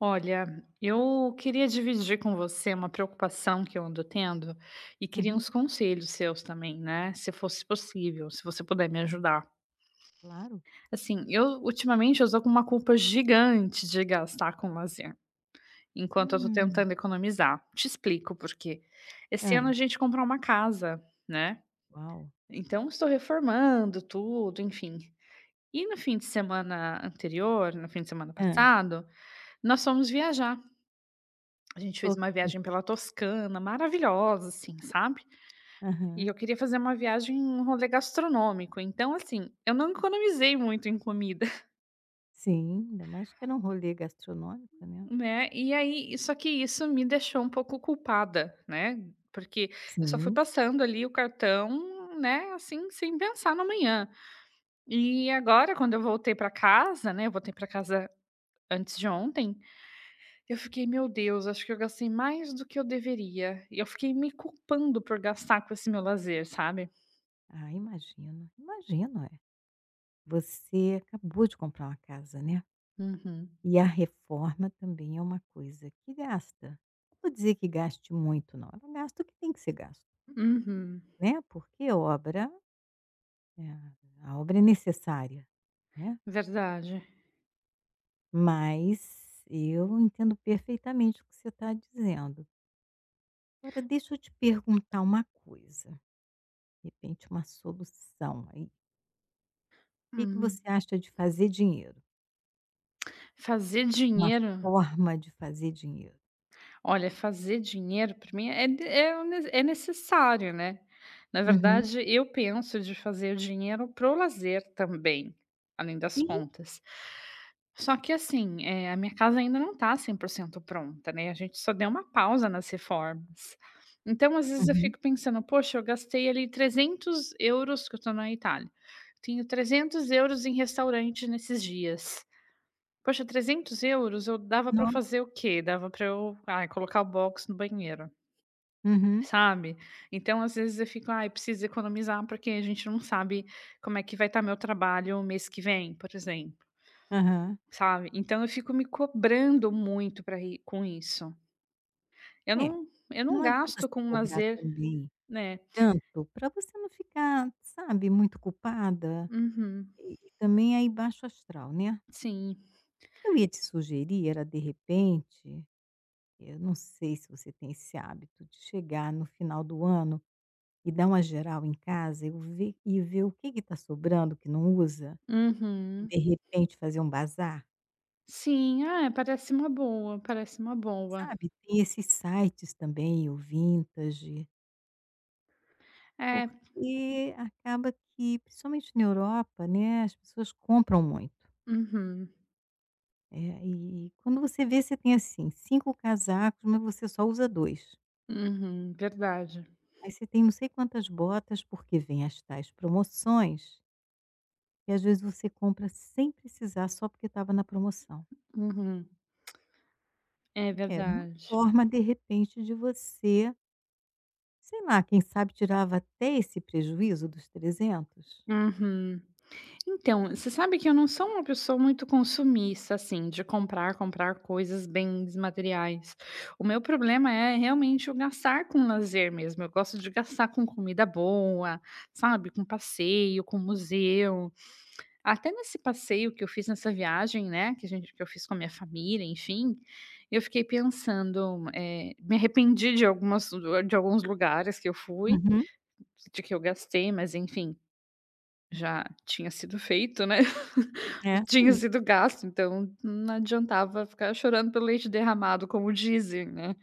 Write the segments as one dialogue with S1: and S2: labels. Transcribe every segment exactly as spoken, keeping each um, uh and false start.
S1: Olha, eu queria dividir com você uma preocupação que eu ando tendo e queria
S2: Uhum,
S1: uns conselhos seus também, né? Se fosse possível, se você puder me ajudar.
S2: claro.
S1: Assim, eu ultimamente eu estou com uma culpa gigante de gastar com lazer, enquanto eu tô
S2: Hum.
S1: tentando economizar. Te explico por quê. Esse ano
S2: Hã.
S1: a gente comprou uma casa, né?
S2: Uau!
S1: Então estou reformando tudo, enfim. E no fim de semana anterior, no fim de semana
S2: Hã.
S1: passado, nós fomos viajar. A gente fez
S2: Ok.
S1: uma viagem pela Toscana, maravilhosa, assim, sabe. E
S2: Aham.
S1: eu queria fazer uma viagem, um rolê gastronômico, então, assim, eu não economizei muito em comida,
S2: Sim, ainda mais que era um rolê gastronômico, né.
S1: né. E aí só que isso me deixou um pouco culpada, né, porque eu só fui
S2: Sim.
S1: passando ali o cartão, né, assim, sem pensar no amanhã. E agora quando eu voltei para casa, né, eu voltei para casa antes de ontem, eu fiquei: "Meu Deus, acho que eu gastei mais do que eu deveria". E eu fiquei me culpando por gastar com esse meu lazer, sabe.
S2: Ah, imagino, imagino, é. Você acabou de comprar uma casa, né.
S1: Uhum,
S2: E a reforma também é uma coisa que gasta. Vou dizer que gaste muito não, ela gasta o que tem que ser gasto,
S1: uhum,
S2: né, porque obra, eh, a obra é necessária, né.
S1: verdade.
S2: Mas eu entendo perfeitamente o que você está dizendo. Agora deixa eu te perguntar uma coisa, de repente uma solução aí. O que que
S1: Hum,
S2: você acha de fazer dinheiro?
S1: fazer
S2: Uma
S1: dinheiro.
S2: forma de fazer dinheiro?
S1: Olha, fazer dinheiro para mim é de é o ne é necessário, né. Na
S2: Uhum.
S1: verdade, eu penso de fazer o dinheiro para o lazer também, além das
S2: Sim.
S1: contas. Só que assim, eh, a minha casa ainda não tá cem por cento pronta, né, a gente só deu uma pausa nas reformas. Então, às vezes eu
S2: Uhum.
S1: fico pensando: "Poxa, eu gastei ali trezentos euros", que eu tô na Itália, "tenho trezentos euros em restaurante nesses dias". Poxa, trezentos euros. eu dava pra eu
S2: No
S1: fazer o quê? Dava pra eu, ai, colocar o box no banheiro,
S2: uhum.
S1: sabe. Então, às vezes, eu fico: "Ai, preciso economizar, porque a gente não sabe como é que vai estar meu trabalho mês que vem", por exemplo,
S2: Aham.
S1: sabe. Então eu fico me cobrando muito para ir com isso. Eu
S2: É,
S1: não eu não
S2: não adianta
S1: gasto
S2: se
S1: com
S2: cobrar
S1: lazer,
S2: também
S1: né.
S2: tanto para você não ficar, sabe, muito culpada
S1: Uhum.
S2: e e também aí baixo astral, né.
S1: Sim.
S2: Eu ia te sugerir era de repente, eu não sei se você tem esse hábito de chegar no final do ano e dá uma geral em casa, eu ver e ver o que está tá sobrando que não usa, e
S1: Uhum.
S2: de repente fazer um bazar,
S1: Sim. Ah, parece uma boa, parece uma boa.
S2: sabe. Tem esses sites também, o Vintage,
S1: É.
S2: porque acaba que, principalmente na Europa, né, as pessoas compram muito.
S1: Uhum.
S2: É, e quando você vê você tem, assim, cinco casacos, mas você só usa dois.
S1: Uhum. Verdade.
S2: Aí você tem não sei quantas botas, porque vem as tais promoções, e às vezes você compra sem precisar só porque estava na promoção.
S1: Uhum. É
S2: É, uma
S1: verdade.
S2: forma, de repente, de você, sei lá, quem sabe tirava até esse prejuízo dos trezentos.
S1: Uhum. Então, você sabe que eu não sou uma pessoa muito consumista, assim, de comprar, comprar coisas, bens materiais. O meu problema é realmente o gastar com lazer mesmo. Eu gosto de gastar com comida boa, sabe? Com passeio, com museu. Até nesse passeio que eu fiz nessa viagem, né? Que a gente, que eu fiz com a minha família, enfim, eu fiquei pensando, eh, me arrependi de algumas, de alguns lugares que eu fui,
S2: Uhum.
S1: de que eu gastei, mas enfim. Já tinha sido feito, né, já
S2: É.
S1: tinha
S2: Sim,
S1: sido gasto, então não adiantava ficar chorando pelo leite derramado, como dizem, né.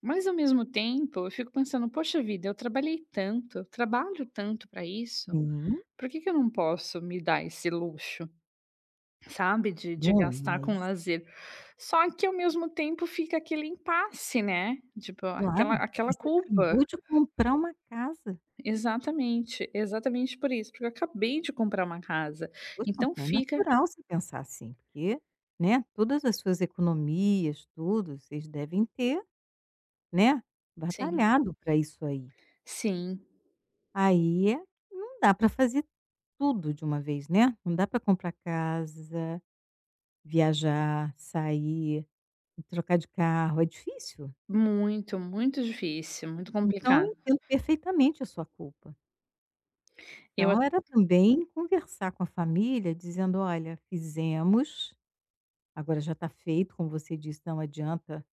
S1: Mas ao mesmo tempo eu fico pensando: "Poxa vida, eu trabalhei tanto, eu trabalho tanto para isso,
S2: sim,
S1: por que que eu não posso me dar esse luxo?", sabe, de de
S2: bom,
S1: gastar com
S2: mas
S1: lazer. Só que ao mesmo tempo fica aquele impasse, né, tipo aquela
S2: claro,
S1: aquela
S2: você
S1: culpa.
S2: acabou de comprar uma casa.
S1: Exatamente, exatamente por isso, porque eu acabei de comprar uma casa,
S2: Poxa,
S1: então
S2: não é
S1: fica.
S2: natural você pensar assim, porque, né, todas as suas economias, tudo, vocês devem ter, né,
S1: Sim.
S2: batalhado para isso aí.
S1: Sim,
S2: Aí é não dá para fazer tudo de uma vez, né, não dá para comprar casa, viajar, sair, trocar de carro, é difícil.
S1: muito, muito difícil, muito
S2: Então eu
S1: complicado.
S2: entendo perfeitamente a sua culpa.
S1: Eu a
S2: Então era também conversar com a família dizendo: "Olha, fizemos, agora já está feito", como você disse, não adianta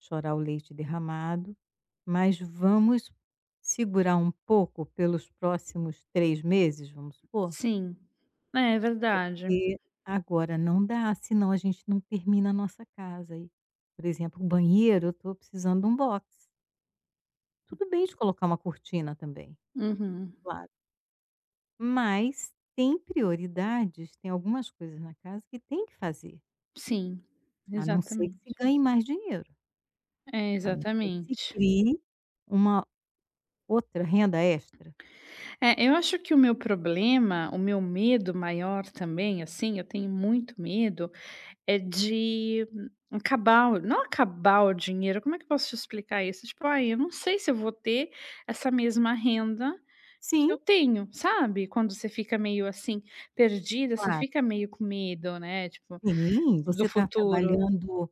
S2: chorar o leite derramado, mas vamos segurar um pouco pelos próximos três meses, vamos supor,
S1: Sim, é verdade.
S2: porque agora não dá, senão a gente não termina a nossa casa e, por exemplo, o banheiro eu estou precisando de um box. Tudo bem de colocar uma cortina também.
S1: Uhum.
S2: Claro. Mas tem prioridades, tem algumas coisas na casa que tem que fazer,
S1: Sim,
S2: a não ser que se
S1: exatamente.
S2: ganhe mais dinheiro,
S1: É,
S2: a não ser que se
S1: exatamente.
S2: crie uma outra renda extra.
S1: É, eu acho que o meu problema, o meu medo maior também, assim, eu tenho muito medo. É de acabar o não acabar o dinheiro, como é que eu posso te explicar isso? Tipo: "Ai, eu não sei se eu vou ter essa mesma renda que
S2: Sim,
S1: eu tenho", sabe? Quando você fica meio, assim, perdida, você
S2: claro,
S1: fica meio com medo, né, tipo,
S2: sim, você
S1: do
S2: está
S1: futuro.
S2: trabalhando,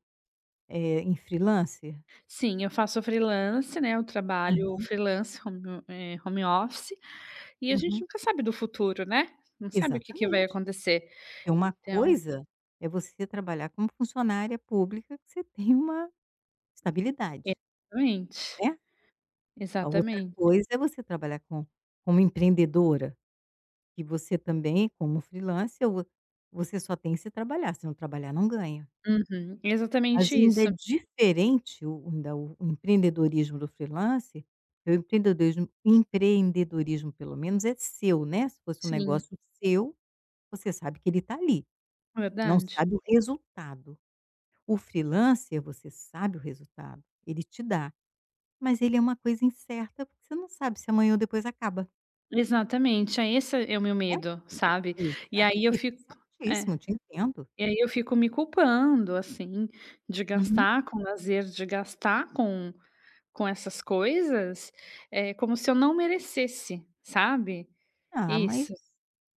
S2: eh, em freelancer?
S1: Sim, eu faço freelance, né, eu trabalho
S2: Aham,
S1: freelance, home eh, home office, e a gente
S2: uhum,
S1: nunca sabe do futuro, né, não sabe o que que vai
S2: exatamente.
S1: acontecer.
S2: É uma
S1: Então,
S2: coisa é você trabalhar como funcionária pública que você tem uma estabilidade,
S1: exatamente,
S2: né. A outra
S1: exatamente.
S2: coisa é você trabalhar com como empreendedora, que você também, como freelancer, vo você só tem que se trabalhar, se não trabalhar não ganha.
S1: Uhum,
S2: Mas
S1: exatamente
S2: ainda é
S1: isso.
S2: diferente o ainda o o empreendedorismo do freelancer, porque o empreendedorismo empreendedorismo pelo menos é seu, né, se fosse um
S1: Sim,
S2: negócio seu, você sabe que ele está ali, não
S1: verdade.
S2: sabe o resultado. O freelancer, você sabe o resultado, ele te dá, mas ele é uma coisa incerta, porque você não sabe se amanhã ou depois acaba,
S1: Exatamente, é esse é o meu
S2: né.
S1: medo, sabe. E
S2: Exato.
S1: aí eu
S2: E tá
S1: fico é,
S2: certíssimo, te entendo.
S1: e aí eu fico me culpando, assim, de
S2: Uhum.
S1: gastar com lazer, de gastar com com essas coisas, é como se eu não merecesse, sabe.
S2: Ah, mas
S1: Isso.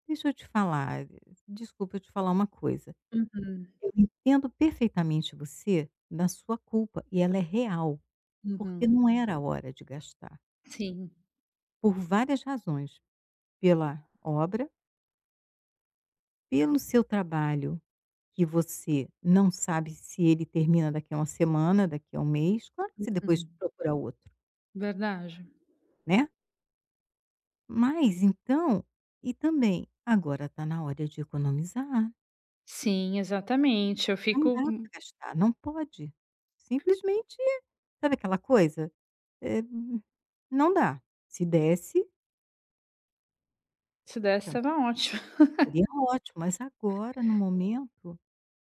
S2: deixa eu te falar, desculpa eu te falar uma coisa,
S1: Uhum,
S2: eu entendo perfeitamente você na sua culpa, e ela é real, porque
S1: uhum.
S2: não era a hora de gastar,
S1: Sim,
S2: por várias razões, pela obra, pelo seu trabalho que você não sabe se ele termina daqui a uma semana, daqui a um mês, claro que você depois
S1: uhum.
S2: procura outro,
S1: Verdade.
S2: né. Mas então e também agora está na hora de economizar.
S1: Sim, exatamente, eu
S2: Não
S1: fico.
S2: dá para gastar, não pode. Simplesmente, sabe aquela coisa? Eh, não dá. Se desse,
S1: Se desse
S2: então,
S1: estava ótimo,
S2: seria ótimo, mas agora, no momento,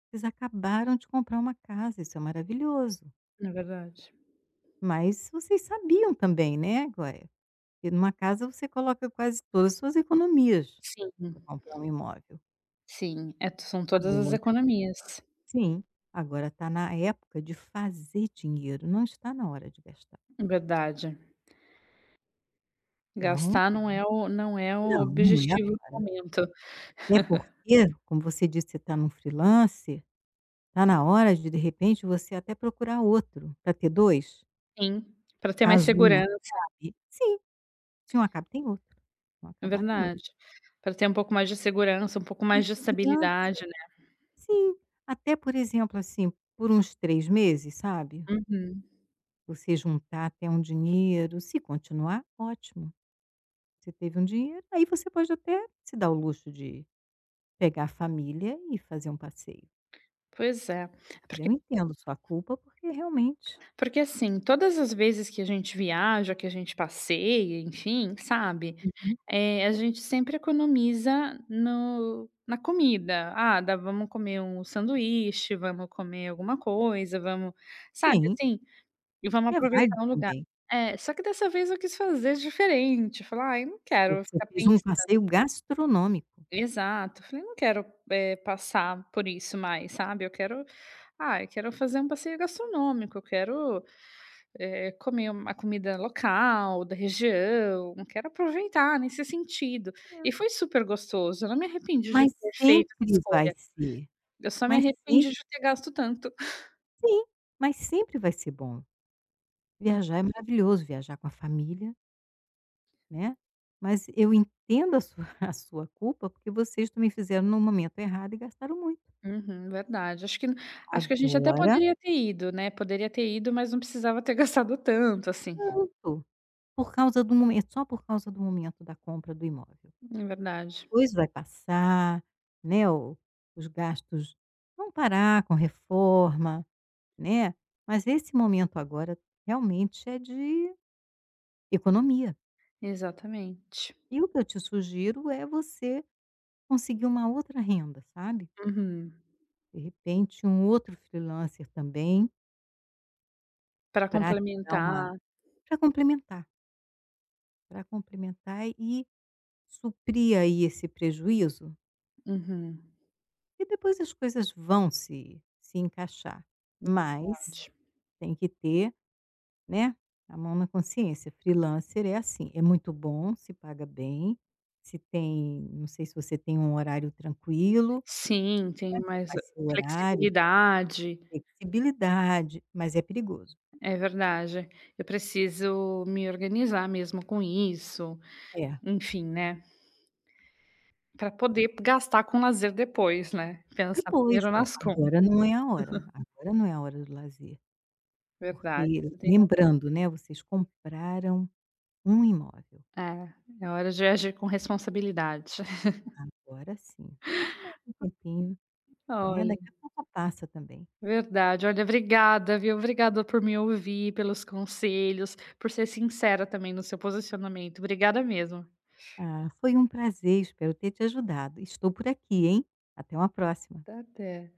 S2: vocês acabaram de comprar uma casa, isso é maravilhoso.
S1: na verdade.
S2: Mas vocês sabiam também, né, Glória, que numa casa você coloca quase todas as suas economias
S1: Sim,
S2: para comprar um imóvel.
S1: sim, é são todas as
S2: Agora
S1: economias.
S2: sim, agora está na época de fazer dinheiro, não está na hora de gastar.
S1: Verdade.
S2: Então,
S1: Gastar não é o não é o
S2: não, não é
S1: objetivo do
S2: agora.
S1: momento.
S2: Até porque, como você disse, você está num freelance. Está na hora de, de repente, você até procurar outro, para ter dois,
S1: Sim, para ter mais
S2: caso um
S1: segurança,
S2: acabe. Sim, se um acaba tem outro, se um
S1: é
S2: acabar tem outro.
S1: verdade. Para ter um pouco mais de segurança, um pouco
S2: Mas
S1: mais de
S2: segurança.
S1: estabilidade, né.
S2: Sim, até, por exemplo, assim, por uns três meses, sabe,
S1: Uhum.
S2: você juntar até um dinheiro, se continuar, ótimo, você teve um dinheiro, aí você pode até se dar o luxo de pegar a família e fazer um passeio.
S1: Pois é. É
S2: Mas
S1: Porque
S2: eu entendo sua culpa, porque realmente
S1: porque, assim, todas as vezes que a gente viaja, que a gente passeia, enfim, sabe,
S2: uhum,
S1: eh, a gente sempre economiza no na comida. "Ah, dá, vamos comer um sanduíche, vamos comer alguma coisa, vamos", sabe,
S2: sim.
S1: assim. E vamos
S2: É válido
S1: aproveitar um lugar.
S2: também,
S1: É, só que dessa vez eu quis fazer diferente, falar: "Ai, não quero
S2: porque você
S1: ficar
S2: fez
S1: pensando",
S2: um passeio gastronômico.
S1: exato, falei: "Não quero, eh, passar por isso mais, sabe, eu quero, ah, eu quero fazer um passeio gastronômico, eu quero, eh, comer uma comida local, da região, quero aproveitar nesse sentido".
S2: É.
S1: E foi super gostoso, eu não me arrependi de
S2: Mas
S1: ter feito essa
S2: sempre vai
S1: escolha,
S2: ser,
S1: eu só me
S2: mas
S1: arrependi
S2: sempre
S1: de ter gasto tanto.
S2: sim, mas sempre vai ser bom. Viajar é maravilhoso, viajar com a família, né, mas eu entendo a sua a sua culpa, porque vocês também fizeram no momento errado e gastaram muito.
S1: Uhum, verdade. Acho que acho que a gente até
S2: Agora,
S1: poderia ter ido, né, poderia ter ido, mas não precisava ter gastado tanto, assim.
S2: pronto, por causa do momento só por causa do momento da compra do imóvel.
S1: É verdade.
S2: Depois vai passar, né, o os gastos vão parar com reforma. Né, mas esse momento agora realmente é de economia.
S1: Exatamente.
S2: E o que eu te sugiro é você conseguir uma outra renda, sabe.
S1: Uhum.
S2: De repente um outro freelancer também
S1: Para
S2: para te dar uma
S1: complementar.
S2: para complementar, para complementar e suprir aí esse prejuízo,
S1: Uhum,
S2: e depois as coisas vão se se encaixar. Mas
S1: verdade.
S2: tem que ter, né, a mão na consciência, freelancer é assim, é muito bom, se paga bem, se tem não sei se você tem um horário tranquilo,
S1: Sim,
S2: né,
S1: tem
S2: você
S1: mais
S2: faz seu horário,
S1: flexibilidade.
S2: flexibilidade, mas é perigoso.
S1: É verdade. Eu preciso me organizar mesmo com isso,
S2: É,
S1: enfim, né, para poder gastar com lazer depois, né. Pensar
S2: depois,
S1: primeiro
S2: é,
S1: nas contas.
S2: agora não é a hora, agora não é a hora do lazer,
S1: Verdade,
S2: porque
S1: você tem.
S2: lembrando, né, vocês compraram um imóvel,
S1: É, é hora de agir com responsabilidade.
S2: agora sim, só mais um tempinho, né,
S1: Olha,
S2: daqui a pouco passa também.
S1: verdade. Olha, obrigada, viu. Obrigada por me ouvir, pelos conselhos, por ser sincera também no seu posicionamento. Obrigada mesmo.
S2: Ah, foi um prazer, espero ter te ajudado. Estou por aqui, hein. Até uma próxima.
S1: Tá, até.